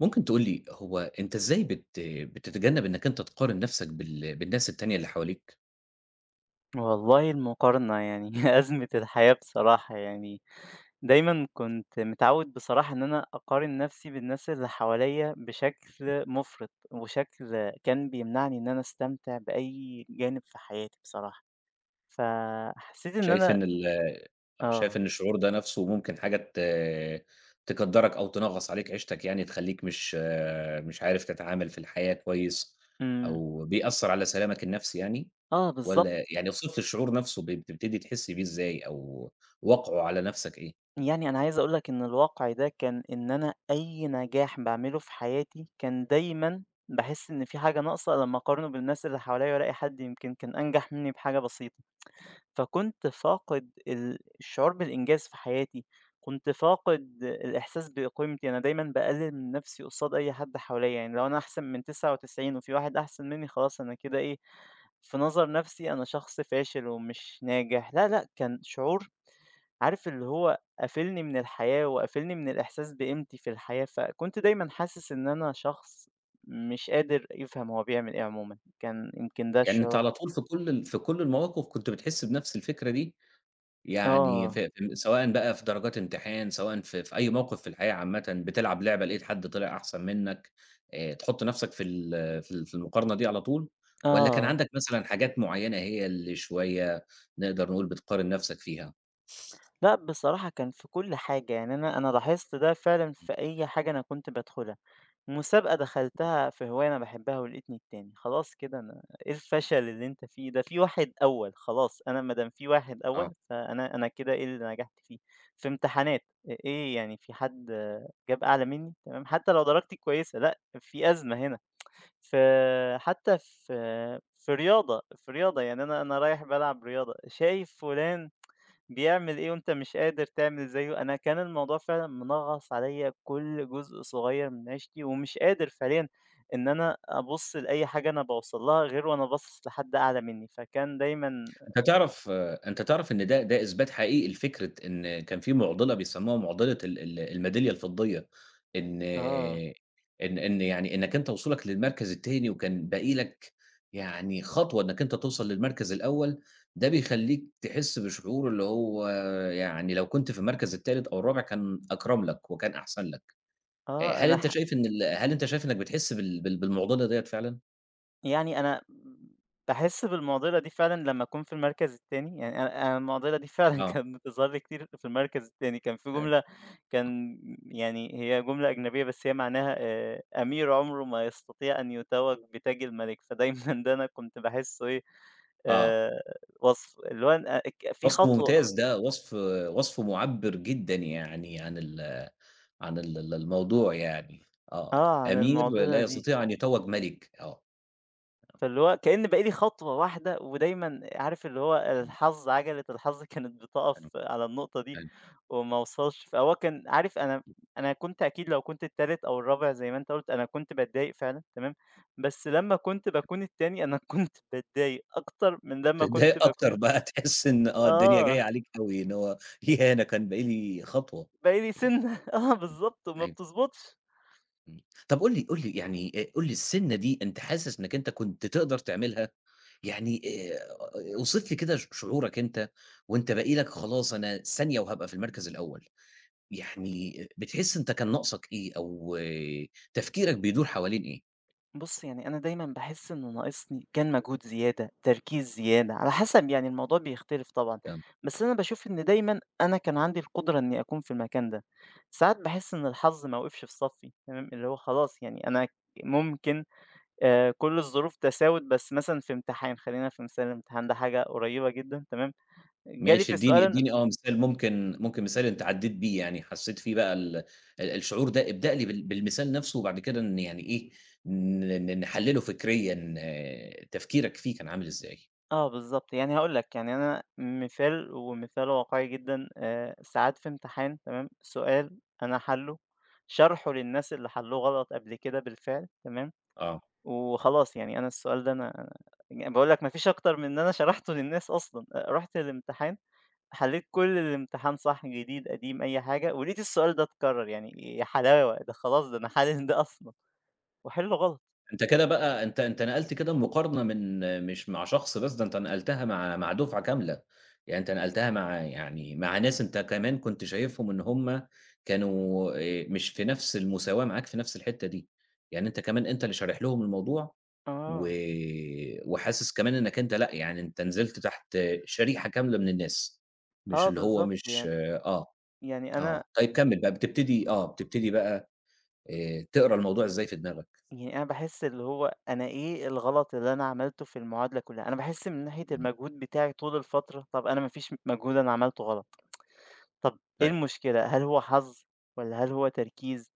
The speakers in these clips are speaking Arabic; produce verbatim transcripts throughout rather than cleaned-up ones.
ممكن تقول لي هو أنت إزاي بت بتتجنب إنك أنت تقارن نفسك بال بالناس التانية اللي حواليك؟ والله المقارنة يعني أزمة الحياة بصراحة يعني دايما كنت متعود بصراحة إن أنا أقارن نفسي بالناس اللي حواليا بشكل مفرط وشكل كان بيمنعني إن أنا أستمتع بأي جانب في حياتي بصراحة، فحسيت إن شايف أنا. إن ال شايف آه. إن الشعور ده نفسه ممكن حاجة ت تقدّرك أو تنغّص عليك عيشتك، يعني تخلّيك مش مش عارف تتعامل في الحياة كويس، أمم. أو بيأثّر على سلامك النفسي يعني؟ آه بالظبط. والّا يعني اوصف لي الشعور نفسه، ب بتبتدي تحس بيه إزاي، أو وقعه على نفسك إيه؟ يعني أنا عايز أقولك إن الواقع ده كان إن أنا أي نجاح بعمله في حياتي كان دايما بحس إن في حاجة ناقصة لما أقارنه بالناس اللي حواليا وألاقي حد يمكن كان أنجح مني بحاجة بسيطة، فكنت فاقد ال الشعور بالإنجاز في حياتي، كنت فاقد الإحساس بقيمتي، أنا دايمًا باقلل من نفسي قصاد أي حد حواليّا، يعني لو أنا أحسن من تسعة وتسعين وفي واحد أحسن مني خلاص أنا كده إيه، في نظر نفسي أنا شخص فاشل ومش ناجح، لا، لأ، كان شعور عارف اللي هو قافلني من الحياة وقافلني من الإحساس بقيمتي في الحياة، فكنت دايمًا حاسس إن أنا شخص مش قادر يفهم هو بيعمل إيه عمومًا، كان يمكن ده يعني أنت الشعور. على طول في كل ال في كل المواقف كنت بتحس بنفس الفكرة دي، يعني ف آه. ف سواءً بقى في درجات امتحان، سواءً في في أي موقف في الحياة عامةً، بتلعب لعبة لقيت حد طلع أحسن منك، آآ، تحط نفسك في ال في ال في المقارنة دي على طول، والّا كان آه. عندك مثلًا حاجات معينة هي اللي شوية نقدر نقول بتقارن نفسك فيها؟ لأ، بصراحة كان في كل حاجة، يعني أنا أنا لاحظت ده فعلًا في أي حاجة أنا كنت بادخلها، مسابقة دخلتها في هواية أنا باحبها ولقيتني التاني، خلاص كده أنا إيه الفشل اللي أنت فيه ده، في واحد أول خلاص، أنا ما دام في واحد آه. أول فأنا أنا كده إيه اللي نجحت فيه، في امتحانات إ إيه يعني في حد جاب أعلى مني تمام، حتى لو درجتي كويسة لأ، في أزمة هنا، في حتى في في رياضة، في رياضة يعني أنا أنا رايح بالعب رياضة، شايف فلان بيعمل إيه وأنت مش قادر تعمل زيه، أنا كان الموضوع فعلًا منغص عليَّ كل جزء صغير من عيشتي، ومش قادر فعليًا إن أنا أبُص لأي حاجة أنا باوصل لها غير وأنا باصص لحد أعلى مني، فكان دايمًا. أنت تعرف أنت تعرف إن ده ده إثبات حقيقي لفكرة إن كان في معضلة بيسموها معضلة ال ال الميدالية الفضية، إن آه. إن إن يعني إنك أنت وصولك للمركز التاني وكان باقي لك يعني خطوة إنك أنت توصل للمركز الأول، ده بيخلّيك تحس بشعور، اللي هو يعني لو كنت في المركز التالت أو الرابع كان أكرم لك وكان أحسن لك، آآ آه هل أنا أنت ح شايف إن ال هل أنت شايف إنك بتحس بال بال بالمعضلة ديّة فعلًا؟ يعني أنا باحس بالمعضلة دي فعلًا لمّا أكون في المركز التاني، يعني أنا أنا المعضلة دي فعلًا آه، كانت بتظهر لي كتير في المركز التاني، كان في أيوه، جملة آه. كان يعني هي جملة أجنبية بس هي معناها آآ، أمير عمره ما يستطيع أن يتوج بتاج الملك، فدايمًا ده أنا كنت باحسه إيه، آه. آآ، وصف اللي هو أنا ك في وصف خطوة. ممتاز ده، وصف وصف مُعبّر جدًا، يعني عن ال عن ال ال الموضوع يعني، آه، آه، عن أمير لا المعضلة دي. يستطيع أن يتوّج مَلِك، آه، فاللي هو كأن باقي لي خطوة واحدة ودايمًا عارف اللي هو إمم، الحظ عجلة الحظ كانت بتقف تمام، على النقطة دي حلو، وما اوصلش، فهو كان عارف أنا أنا كنت أكيد لو كنت التالت أو الرابع زي ما أنت قُلت أنا كنت باتضايق فعلًا تمام، بس لمّا كنت باكون التاني أنا كنت باتضايق أكتر من لمّا كنت تتضايق أكتر باكون. بقى تحس إن آه، الدنيا جاية آه، عليك أوي، إن هو ياه! أنا كان باقي لي خطوة، باقي لي إمم، سِنّة. آه إمم، بالضبط وما أيوه، بتضبطش. إمم، طَب قُل لي قُل لي يعني آآ، قُل لي السِنّة دي أنت حاسس إنك أنت كنت تقدر تعملها؟ يعني آآ، اوصف لي كده ش شعورك أنت، وأنت باقي لك خلاص أنا ثانية وهابقى في المركز الأول. يعني بتحس أنت كان ناقصك إيه، أو آه، تفكيرك بيدور حوالين إيه؟ بُص، يعني أنا دايمًا باحس إنه ناقصني كان مجهود زيادة، تركيز زيادة، على حسب يعني الموضوع بيختلف طبعًا، تمام. بس أنا باشوف إن دايمًا أنا كان عندي القدرة إني أكون في المكان ده، ساعات باحس إن الحظ ما وقفش في صفّي تمام، اللي هو خلاص يعني أنا ممكن آآ، كل الظروف تساوت بس مثلًا في امتحان، خلّينا في مثال الامتحان ده حاجة قريبة جدًا تمام، جالي ماشي، في ادّيني السؤال. ادّيني آه مثال، ممكن ممكن مثال أنت عدّيت بيه، يعني حسّيت فيه بقى ال ال الشعور ده، ابدأ لي بال بالمثال نَفْسه، وبعد كده ن يعني إيه، ن ن نحلّله فكريًا، آه، تفكيرك فيه كان عامل إزاي؟ آه بالضبط، يعني هاقول لك، يعني أنا مثال ومثال واقعي جدًا، آآ، ساعات في امتحان تمام، سؤال أنا حَلّه، شرحه للناس اللي حلّوه غلط قبل كده بالفعل تمام، آه. وخلاص يعني أنا السؤال ده أنا يعني باقول لك ما فيش أكتر من إن أنا شرحته للناس أصلًا، آآ، رُحت الامتحان حلّيت كل الامتحان صح، جديد، قديم، أي حاجة، ولقيت السؤال ده اتكرر، يعني يا حلاوة! ده خلاص ده أنا حالل ده أصلًا وأحلّه غلط. أنت كده بقى، أنت أنت نقلت كده المقارنة من، مش مع شخص بس، ده أنت نقلتها مع مع دُفعة كاملة، يعني أنت نقلتها مع، يعني مع ناس أنت كمان كنت شايفهم إن هُم كانوا آآ مش في نفس المساواة معاك في نفس الحتّة دي، يعني أنت كمان أنت اللي شارح لهم الموضوع، و آه. وحاسس كمان إنّك أنت لأ، يعني أنت نزلت تحت شريحة كاملة من الناس، مش آه اللي هو بالضبط، مش يعني آه، آه. يعني أنا آه. طيب، كمّل بقى، بتبتدي آه، بتبتدي بقى آآ تقرا الموضوع إزاي في دماغك؟ يعني أنا باحس اللي هو أنا إيه الغلط اللي أنا عملته في المعادلة كلّها؟ أنا باحس من ناحية إمم. المجهود بتاعي طول الفترة، طَب أنا ما فيش مجهود أنا عملته غلط، طَب إيه طيب. المشكلة؟ هل هو حظ والّا هل هو تركيز؟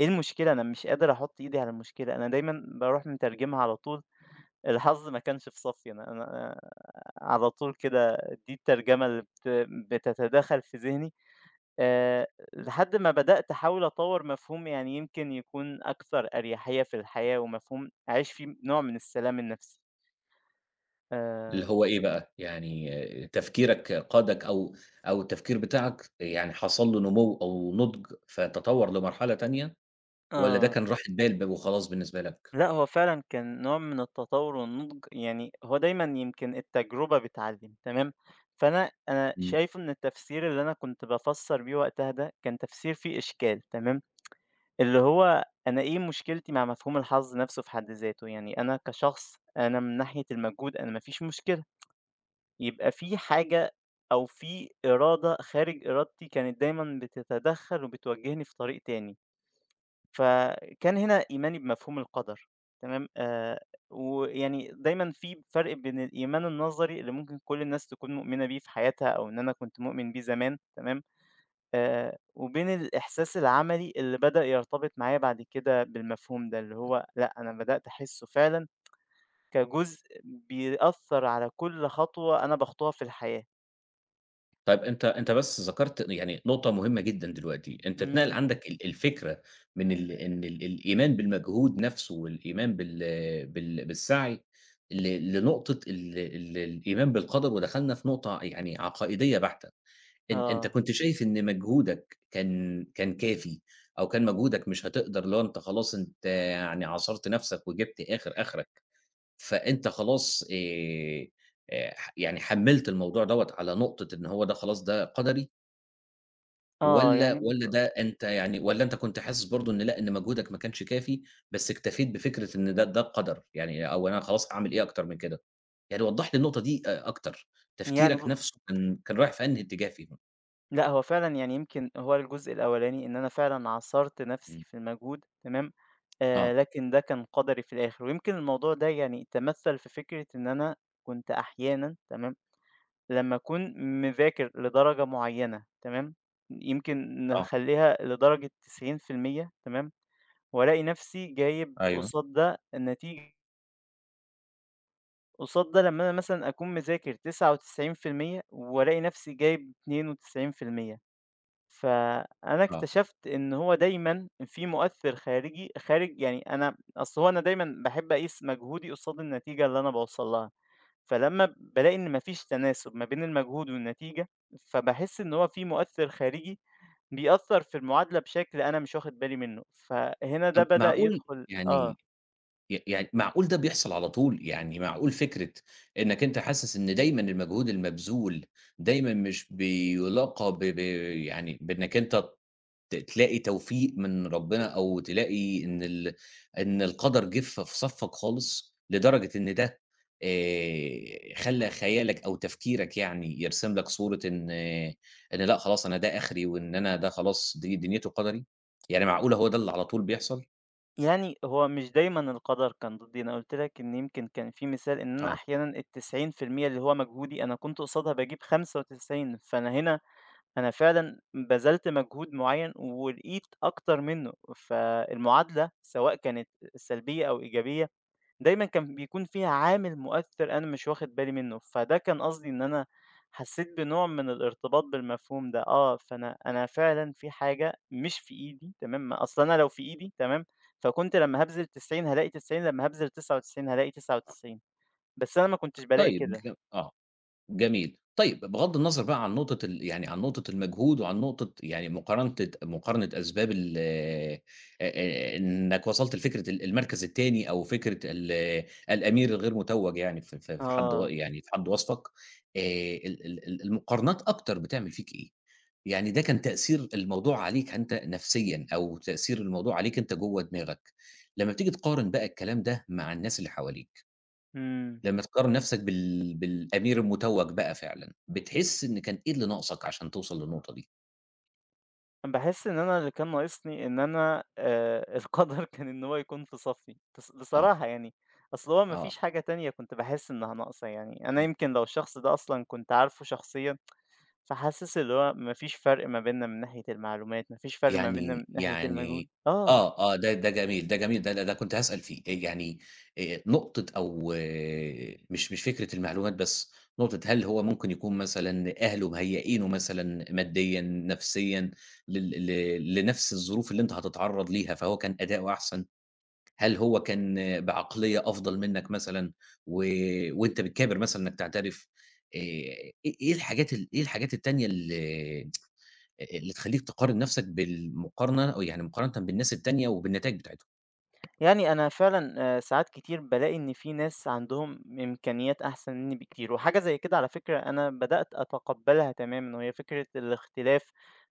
إيه المشكلة؟ أنا مش قادر أحُط إيدي على المشكلة، أنا دايمًا باروح مترجمها على طول الحظ ما كانش في صفّي، أنا أنا أنا على طول كده دي الترجمة اللي بت بتتداخل في ذهني. آآ، لحد ما بدأت أحاول أطوّر مفهوم يعني يمكن يكون أكثر أريحية في الحياة، ومفهوم أعيش فيه نوع من السلام النفسي. آآ، اللي هو إيه بقى، يعني تفكيرك قادك، أو أو التفكير بتاعك يعني حصل له نمو أو نضج، فتطوّر لمرحلة تانية، والّا ده آه، كان راحة بال ب وخلاص بالنسبة لك؟ لأ هو فعلًا كان نوع من التطوّر والنضج، يعني هو دايمًا يمكن التجربة بتعلّم، تمام؟ فأنا أنا إمم. شايف إن التفسير اللي أنا كنت بافسّر بيه وقتها ده، كان تفسير فيه إشكال، تمام؟ اللي هو أنا إيه مشكلتي مع مفهوم الحظ نفسه في حد ذاته؟ يعني أنا كشخص أنا من ناحية المجهود أنا ما فيش مشكلة. يبقى في حاجة أو في إرادة خارج إرادتي كانت دايمًا بتتدخّل وبتوجّهني في طريق تاني، فكان هنا إيماني بمفهوم القدر تمام، آآ ويعني دايمًا في فرق بين الإيمان النظري اللي ممكن كل الناس تكون مؤمنة بيه في حياتها أو إن أنا كنت مؤمن بيه زمان تمام، آآ وبين الإحساس العملي اللي بدأ يرتبط معايا بعد كده بالمفهوم ده، اللي هو لأ أنا بدأت أحسّه فعلًا كجزء بيأثّر على كل خطوة أنا باخطوها في الحياة. طيب أنت أنت بس ذكرت يعني نقطة مهمة جدًا دلوقتي. أنت اتنقل إمم. عندك ال الفكرة من ال إن ال الإيمان بالمجهود نفسه، والإيمان بال بال بالسعي ل لنقطة ال ال الإيمان بالقدر، ودخلنا في نقطة يعني عقائدية بحتة. أن أنت آه. كنت شايف إن مجهودك كان كان كافي، أو كان مجهودك مش هتقدر، اللي هو أنت خلاص أنت يعني عاصرت نَفْسك وجِبت آخر آخرك، فأنت خلاص آآ آآ ح يعني حمّلت الموضوع دوّة على نقطة إن هو ده خلاص ده قدري، آه، والّا يعني والّا بالض ده أنت يعني، والّا أنت كنت حاسس برضه إن لأ، إن مجهودك ما كانش كافي، بس اكتفيت بفكرة إن ده ده القدر، يعني أو أنا خلاص هاعمل إيه أكتر من كده؟ يعني وضّح لي النقطة دي أ أكتر، يعني تفكيرك ب نَفْسه كان كان رايح في أنهي اتجاه فيهم؟ لأ، هو فعلًا يعني يمكن هو الجزء الأولاني إن أنا فعلًا عصرت نفسي إمم، في المجهود تمام، آآ، آه، لكن ده كان قدري في الآخر، ويمكن الموضوع ده يعني تمثّل في فكرة إن أنا كنت أحيانًا تمام، لمّا أكون مذاكر لدرجة معيّنة تمام، يمكن آه. نخلّيها لدرجة تسعين في المية تمام، وألاقي نفسي جايب أيوه، قصاد ده النتيجة قصاد ده لمّا أنا مثلًا أكون مذاكر تسعة وتسعين في المية وألاقي نفسي جايب اتنين وتسعين بالمية، فأنا آه. اكتشفت إن هو دايمًا في مؤثر خارجي خارج يعني أنا أصل هو أنا دايمًا باحب أقيس مجهودي قصاد النتيجة اللي أنا باوصل لها، فلمّا بالاقي إن ما فيش تناسب ما بين المجهود والنتيجة، فباحس إن هو في مؤثر خارجي بيأثر في المعادلة بشكل أنا مش واخد بالي منه، فهنا ده طَب بدأ معقول يدخل آه. يعني ي يعني معقول ده بيحصل على طول؟ يعني معقول فكرة إنّك أنت حاسس إن دايمًا المجهود المبذول دايمًا مش بيُلاقى ب ب يعني بإنّك أنت ت تلاقي توفيق من ربنا، أو تلاقي إن ال إن القدر جِه ف في صفّك خالص، لدرجة إن ده آآ خلّى خيالك أو تفكيرك يعني يرسم لك صورة إن آه، إن لأ خلاص أنا ده آخري، وإن أنا ده خلاص دي دنيتي وقدري؟ يعني معقولة هو ده اللي على طول بيحصل؟ يعني هو مش دايمًا القدر كان ضدي، أنا قُلت لك إن يمكن كان في مثال إن أنا آه. أحيانًا ال90% اللي هو مجهودي أنا كنت قصادها باجيب خمسة وتسعين، فأنا هنا أنا فعلًا بذلت مجهود معيّن ولقيت أكتر منّه، فالمعادلة سواء كانت سلبية أو إيجابية دايمًا كان بيكون فيها عامل مؤثّر أنا مش واخد بالي منّه، فده كان قصدي إن أنا حسّيت بنوع من الارتباط بالمفهوم ده، آه، فأنا أنا فعلًا في حاجة مش في إيدي تمام، ما- أصل أنا لو في إيدي تمام، فكنت لمّا هابذل تسعين هالاقي تسعين، لمّا هابذل تسعة وتسعين هالاقي تسعة وتسعين بس أنا ما كنتش بالاقي طيب، كده. ج آه. جميل. طيب، بغض النظر بقى عن نقطة ال يعني عن نقطة المجهود، وعن نقطة يعني مقارنة مقارنة أسباب ال آآ آآ إنك وصلت لفكرة ال المركز التاني، أو فكرة ال الأمير الغير متوّج، يعني في في في حد و آه. يعني في حد وصفك، آآ ال ال ال المقارنات أكتر بتعمل فيك إيه؟ يعني ده كان تأثير الموضوع عليك أنت نفسيًا، أو تأثير الموضوع عليك أنت جوّه دماغك، لمّا بتيجي تقارن بقى الكلام ده مع الناس اللي حواليك. إمم. لمّا تقارن نَفْسك بال بالأمير المتوّج بقى فعلًا، بتحس إن كان إيه اللي ناقصك عشان توصل للنقطة دي، باحس إن أنا اللي كان ناقصني إن أنا آآ القدر كان إن هو يكون في صفّي، بص آه، بصراحة يعني، أصل هو ما آه، فيش حاجة تانية كنت باحس إنها ناقصة يعني، أنا إمم، يمكن لو الشخص ده أصلًا كنت عارفه شخصيًا، فحاسس اللي هو ما فيش فرق ما بيننا من ناحية المعلومات، ما فيش فرق ما بيننا من يعني ناحية المجهود يعني آه. آه، آه، ده ده جميل، ده جميل، ده ده كنت هاسأل فيه، آآ يعني آآ نقطة، أو آه، مش مش فكرة المعلومات بس، نقطة هل هو ممكن يكون مثلًا أهله مهيئينه مثلًا ماديًا، نفسيًا، لل ل لنَفْس الظروف اللي أنت هتتعرّض ليها، فهو كان أداؤه أحسن؟ هل هو كان بعقلية أفضل منّك مثلًا، و وأنت بتكابر مثلًا إنّك تعترف، آآ، إيه إيه الحاجات ال إيه الحاجات التانية ال اللي تخلّيك تقارن نَفْسك بالمقارنة، أو يعني مقارنةً بالناس التانية وبالنتايج بتاعتهم؟ يعني أنا فعلًا آآ ساعات كتير بالاقي إن في ناس عندهم إمكانيات أحسن منّي بكتير، وحاجة زي كده على فكرة أنا بدأت أتقبّلها تمامًا، وهي فكرة الاختلاف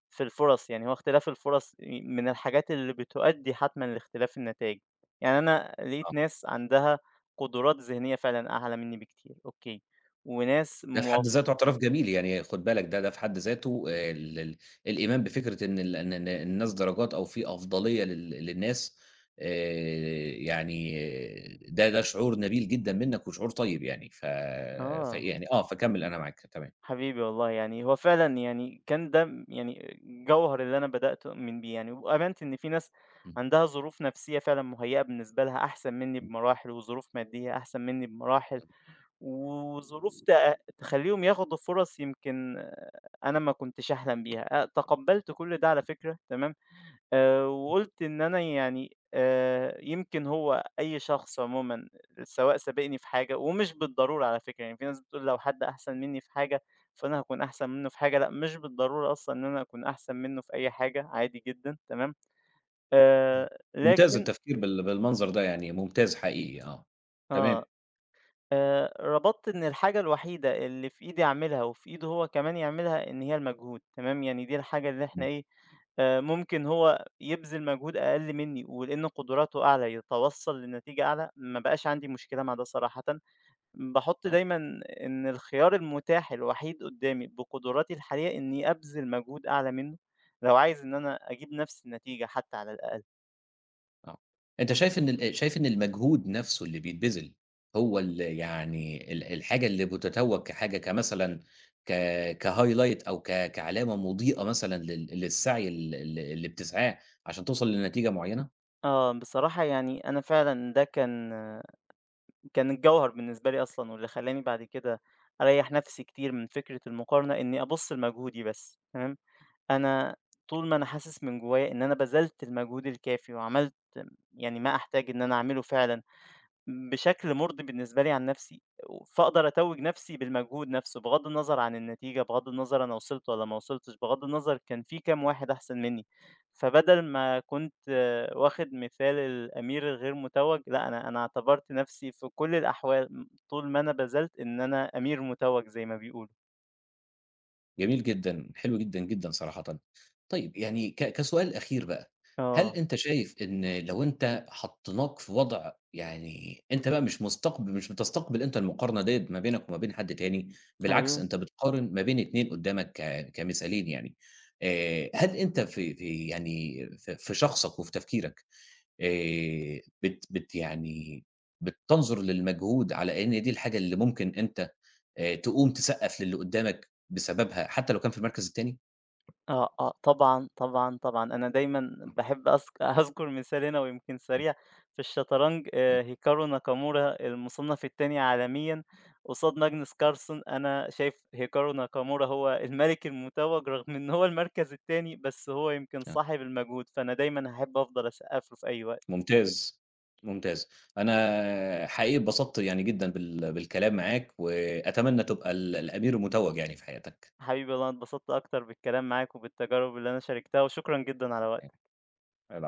في الفُرَص، يعني هو اختلاف الفُرَص ي من الحاجات اللي بتؤدّي حتمًا لاختلاف النتايج، يعني أنا آه. لقيت ناس عندها قدرات ذهنية فعلًا أعلى منّي بكتير، أوكي، وناس ده في حد موف ذاته اعتراف جميل، يعني خُد بالك ده ده في حد ذاته آآ ال ال الإيمان بفكرة إن ال إن إن الناس درجات، أو في أفضلية لل للناس، آآ يعني آه، ده ده شعور نبيل جدًا منّك وشعور طيب يعني، ف آه. فيعني آه، فكمّل أنا معاك تمام. حبيبي والله يعني هو فعلًا يعني كان ده م يعني جوهر اللي أنا بدأت أؤمن بيه يعني، وآمنت إن في ناس إمم، عندها ظروف نفسية فعلًا مُهيّأة بالنسبة لها أحسن منّي إمم، بمراحل، وظروف مادية أحسن منّي بمراحل، وظروف تأ تخلّيهم ياخدوا فرص يمكن آه، أنا ما كنتش أحلم بيها، أ تقبّلت كل ده على فكرة تمام؟ آآ وقُلت إن أنا يعني آآ يمكن هو أي شخص عمومًا سواء سابقني في حاجة ومش بالضرورة على فكرة، يعني في ناس بتقول لو حد أحسن منّي في حاجة، فأنا هاكون أحسن منّه في حاجة، لأ مش بالضرورة أصلًا إن أنا أكون أحسن منّه في أي حاجة، عادي جدًا تمام، إمم. آآ ممتاز لكن التفكير بال بالمنظر ده، يعني ممتاز حقيقي، آه. تمام، آه. آآ، ربطت إن الحاجة الوحيدة اللي في إيدي أعملها وفي إيده هو كمان يعملها إن هي المجهود، تمام، يعني دي الحاجة اللي إحنا إمم، إيه، آآ، ممكن هو يبذل مجهود أقل مني ولأن قدراته أعلى يتوصل لنتيجة أعلى، ما بقاش عندي مشكلة مع ده صراحةً، باحط آه. دايمًا إن الخيار المتاح الوحيد قدامي بقدراتي الحالية إني أبذل مجهود أعلى منه، لو عايز إن أنا أجيب نفس النتيجة حتى على الأقل. آه. أنت شايف إن ال شايف إن المجهود نَفْسه اللي بيتبذل هو ال يعني ال الحاجة اللي بتتوّج كحاجة كمثلًا، ك كhighlight، أو ك كعلامة مضيئة مثلًا لل للسعي ال ال اللي بتسعاه عشان توصل لنتيجة معيّنة؟ آه، بصراحة يعني أنا فعلًا ده كان كان الجوهر بالنسبة لي أصلًا، واللي خلّاني بعد كده أريّح نفسي كتير من فكرة المقارنة، إني أبُص لمجهودي بس، تمام، أنا طول ما أنا حاسس من جوايا إن أنا بذلت المجهود الكافي وعملت يعني ما أحتاج إن أنا أعمله فعلًا بشكل مُرضي بالنسبة لي عن نَفْسي، فأقدر أتوّج نَفْسي بالمجهود نَفْسه، بغض النظر عن النتيجة، بغض النظر أنا وصلت والّا ما وصلتش، بغض النظر كان في كام واحد أحسن منّي. فبدل ما كنت آه، واخد مثال الأمير الغير متوّج، لأ أنا أنا اعتبرت نَفْسي في كل الأحوال م طول ما أنا بذلت إن أنا أمير متوّج زي ما بيقولوا. جميل جدًا، حلو جدًا، جدًا صراحةً. طيب، يعني ك كسؤال أخير بقى، هل آه. أنت شايف إن لو أنت حطيناك في وضع، يعني أنت بقى مش مستقب مش بتستقبل أنت المقارنة ديّة ما بينك وما بين حد تاني، بالعكس أيوه. أنت بتقارن ما بين اتنين قدّامك ك كمثالين يعني، آآ هل أنت في في يعني في في شخصك وفي تفكيرك، آآ بت بت يعني بتنظر للمجهود على إن دي الحاجة اللي ممكن أنت آآ تقوم تسقّف للي قدّامك بسببها، حتى لو كان في المركز التاني؟ آه، آه، طبعًا، طبعًا، طبعًا. أنا دايمًا باحب أذك هاذكر مثال هنا ويمكن إمم، سريع، في الشطرنج إمم، آآ هيكارو ناكامورا المصنف التاني عالميًا قصاد ماجنس كارلسن، أنا شايف هيكارو ناكامورا هو الملك المتوج رغم إن هو المركز التاني، بس هو يمكن آه. صاحب المجهود، فأنا دايمًا هاحب أفضل أسقّف له في أي وقت. ممتاز، ممتاز. أنا حقيقي اتبسطت يعني جدًا بال بالكلام معاك، وأتمنى تبقى ال الأمير المتوّج يعني في حياتك. حبيبي والله أنا اتبسطت أكتر بالكلام معاك وبالتجارب اللي أنا شاركتها، وشكرًا جدًا على وقتك. أ